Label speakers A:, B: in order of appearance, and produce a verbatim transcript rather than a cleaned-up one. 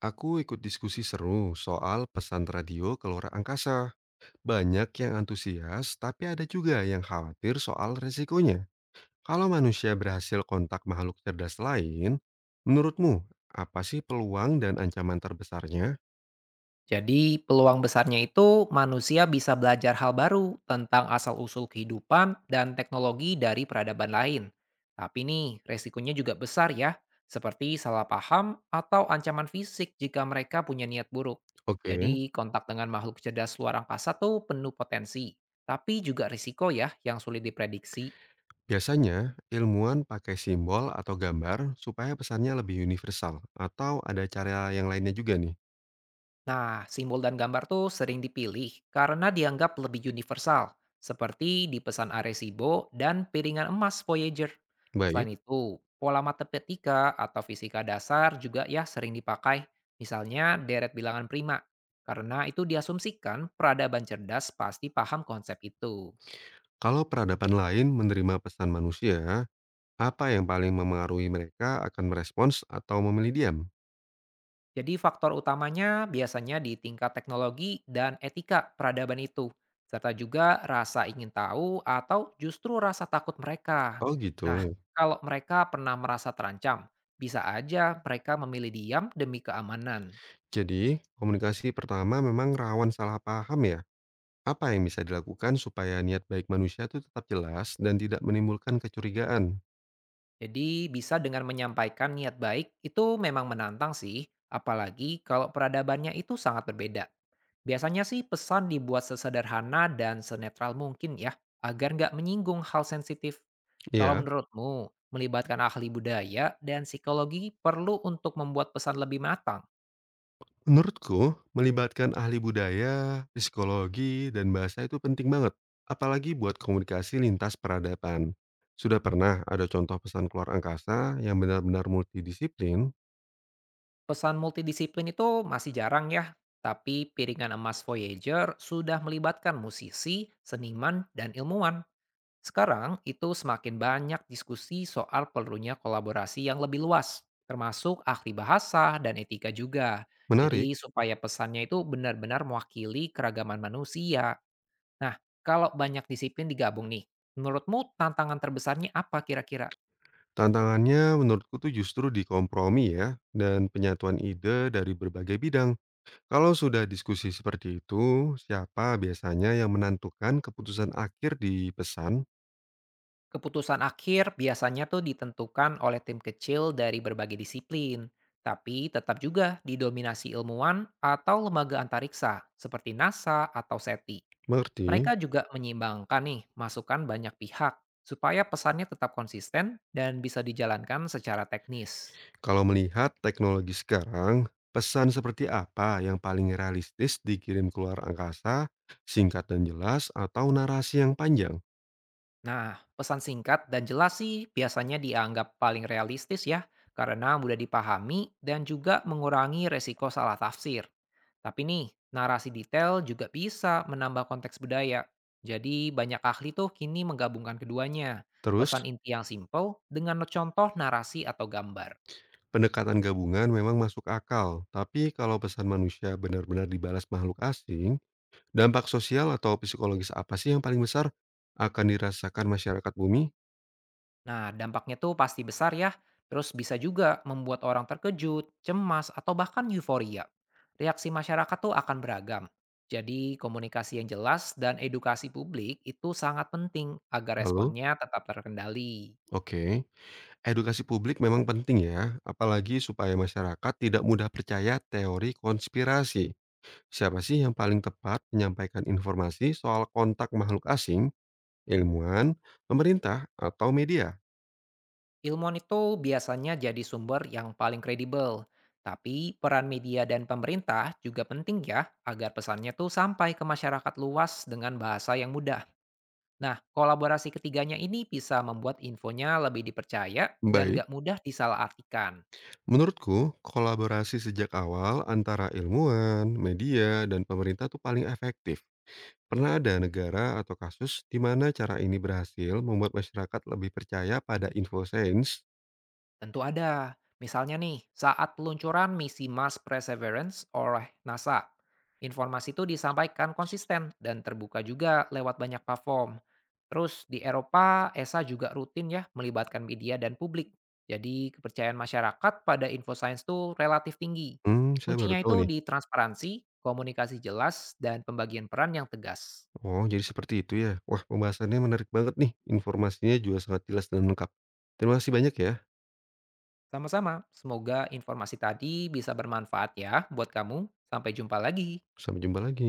A: Aku ikut diskusi seru soal pesan radio ke luar angkasa. Banyak yang antusias, tapi ada juga yang khawatir soal resikonya. Kalau manusia berhasil kontak makhluk cerdas lain, menurutmu apa sih peluang dan ancaman terbesarnya?
B: Jadi, peluang besarnya itu manusia bisa belajar hal baru tentang asal-usul kehidupan dan teknologi dari peradaban lain. Tapi nih, resikonya juga besar ya, seperti salah paham atau ancaman fisik jika mereka punya niat buruk.
A: Oke,
B: Jadi, kontak dengan makhluk cerdas luar angkasa tuh penuh potensi, tapi juga risiko ya yang sulit diprediksi.
A: biasanya ilmuwan pakai simbol atau gambar supaya pesannya lebih universal, atau ada cara yang lainnya juga nih.
B: Nah, simbol dan gambar tuh sering dipilih karena dianggap lebih universal, seperti di pesan Arecibo dan piringan emas Voyager. Selain
A: Baik,
B: itu, pola matematika atau fisika dasar juga ya sering dipakai, misalnya deret bilangan prima, karena itu diasumsikan peradaban cerdas pasti paham konsep itu.
A: kalau peradaban lain menerima pesan manusia, apa yang paling memengaruhi mereka akan merespons atau memilih diam?
B: Jadi faktor utamanya biasanya di tingkat teknologi dan etika peradaban itu, serta juga rasa ingin tahu atau justru rasa takut mereka.
A: Oh
B: Nah,
A: gitu.
B: kalau mereka pernah merasa terancam, bisa aja mereka memilih diam demi keamanan.
A: Jadi, komunikasi pertama memang rawan salah paham ya? Apa yang bisa dilakukan supaya niat baik manusia itu tetap jelas dan tidak menimbulkan kecurigaan?
B: Jadi bisa dengan menyampaikan niat baik itu memang menantang sih, apalagi kalau peradabannya itu sangat berbeda. Biasanya sih pesan dibuat sesederhana dan senetral mungkin ya, agar nggak menyinggung hal sensitif. Kalau
A: Ya,
B: menurutmu, melibatkan ahli budaya dan psikologi perlu untuk membuat pesan lebih matang.
A: menurutku melibatkan ahli budaya, psikologi, dan bahasa itu penting banget. Apalagi buat komunikasi lintas peradaban. Sudah pernah ada contoh pesan keluar angkasa yang benar-benar multidisiplin?
B: Pesan multidisiplin itu masih jarang ya, tapi piringan emas Voyager sudah melibatkan musisi, seniman, dan ilmuwan. Sekarang itu semakin banyak diskusi soal perlunya kolaborasi yang lebih luas, termasuk ahli bahasa dan etika juga.
A: Menarik.
B: Jadi supaya pesannya itu benar-benar mewakili keragaman manusia. Nah, kalau banyak disiplin digabung nih, menurutmu tantangan terbesarnya apa kira-kira?
A: Tantangannya menurutku tuh justru di kompromi ya, dan penyatuan ide dari berbagai bidang. Kalau sudah diskusi seperti itu, siapa biasanya yang menentukan keputusan akhir di pesan?
B: Keputusan akhir biasanya tuh ditentukan oleh tim kecil dari berbagai disiplin, tapi tetap juga didominasi ilmuwan atau lembaga antariksa seperti NASA atau S E T I.
A: Mengerti?
B: Mereka juga menyimbangkan nih masukan banyak pihak supaya pesannya tetap konsisten dan bisa dijalankan secara teknis.
A: Kalau melihat teknologi sekarang, pesan seperti apa yang paling realistis dikirim keluar angkasa, singkat dan jelas, atau narasi yang panjang?
B: Nah, pesan singkat dan jelas sih biasanya dianggap paling realistis ya, karena mudah dipahami dan juga mengurangi resiko salah tafsir. Tapi nih, narasi detail juga bisa menambah konteks budaya. Jadi banyak ahli tuh kini menggabungkan keduanya,
A: Terus,
B: pesan inti yang simple dengan contoh narasi atau gambar.
A: pendekatan gabungan memang masuk akal, tapi kalau pesan manusia benar-benar dibalas makhluk asing, dampak sosial atau psikologis apa sih yang paling besar akan dirasakan masyarakat bumi?
B: Nah, dampaknya tuh pasti besar ya, terus bisa juga membuat orang terkejut, cemas, atau bahkan euforia. Reaksi masyarakat tuh akan beragam. Jadi, komunikasi yang jelas dan edukasi publik itu sangat penting agar
A: Lalu
B: responnya tetap terkendali.
A: oke, edukasi publik memang penting ya, apalagi supaya masyarakat tidak mudah percaya teori konspirasi. Siapa sih yang paling tepat menyampaikan informasi soal kontak makhluk asing, ilmuwan, pemerintah, atau media?
B: Ilmuwan itu biasanya jadi sumber yang paling kredibel. Tapi peran media dan pemerintah juga penting ya agar pesannya tuh sampai ke masyarakat luas dengan bahasa yang mudah. Nah, kolaborasi ketiganya ini bisa membuat infonya lebih dipercaya dan
A: Baik,
B: gak mudah disalahartikan.
A: menurutku kolaborasi sejak awal antara ilmuwan, media, dan pemerintah tuh paling efektif. Pernah ada negara atau kasus di mana cara ini berhasil membuat masyarakat lebih percaya pada info sains?
B: Tentu ada. Misalnya nih, saat peluncuran misi Mars Perseverance oleh NASA, informasi itu disampaikan konsisten dan terbuka juga lewat banyak platform. Terus di Eropa, E S A juga rutin ya melibatkan media dan publik. Jadi kepercayaan masyarakat pada info sains itu relatif tinggi.
A: Hmm, saya baru
B: Kuncinya
A: tahu
B: itu
A: nih.
B: di transparansi, komunikasi jelas, dan pembagian peran yang tegas.
A: Oh, jadi seperti itu ya. Wah, pembahasannya menarik banget nih. Informasinya juga sangat jelas dan lengkap. Terima kasih banyak ya.
B: Sama-sama, semoga informasi tadi bisa bermanfaat ya buat kamu. Sampai jumpa lagi.
A: Sampai jumpa lagi.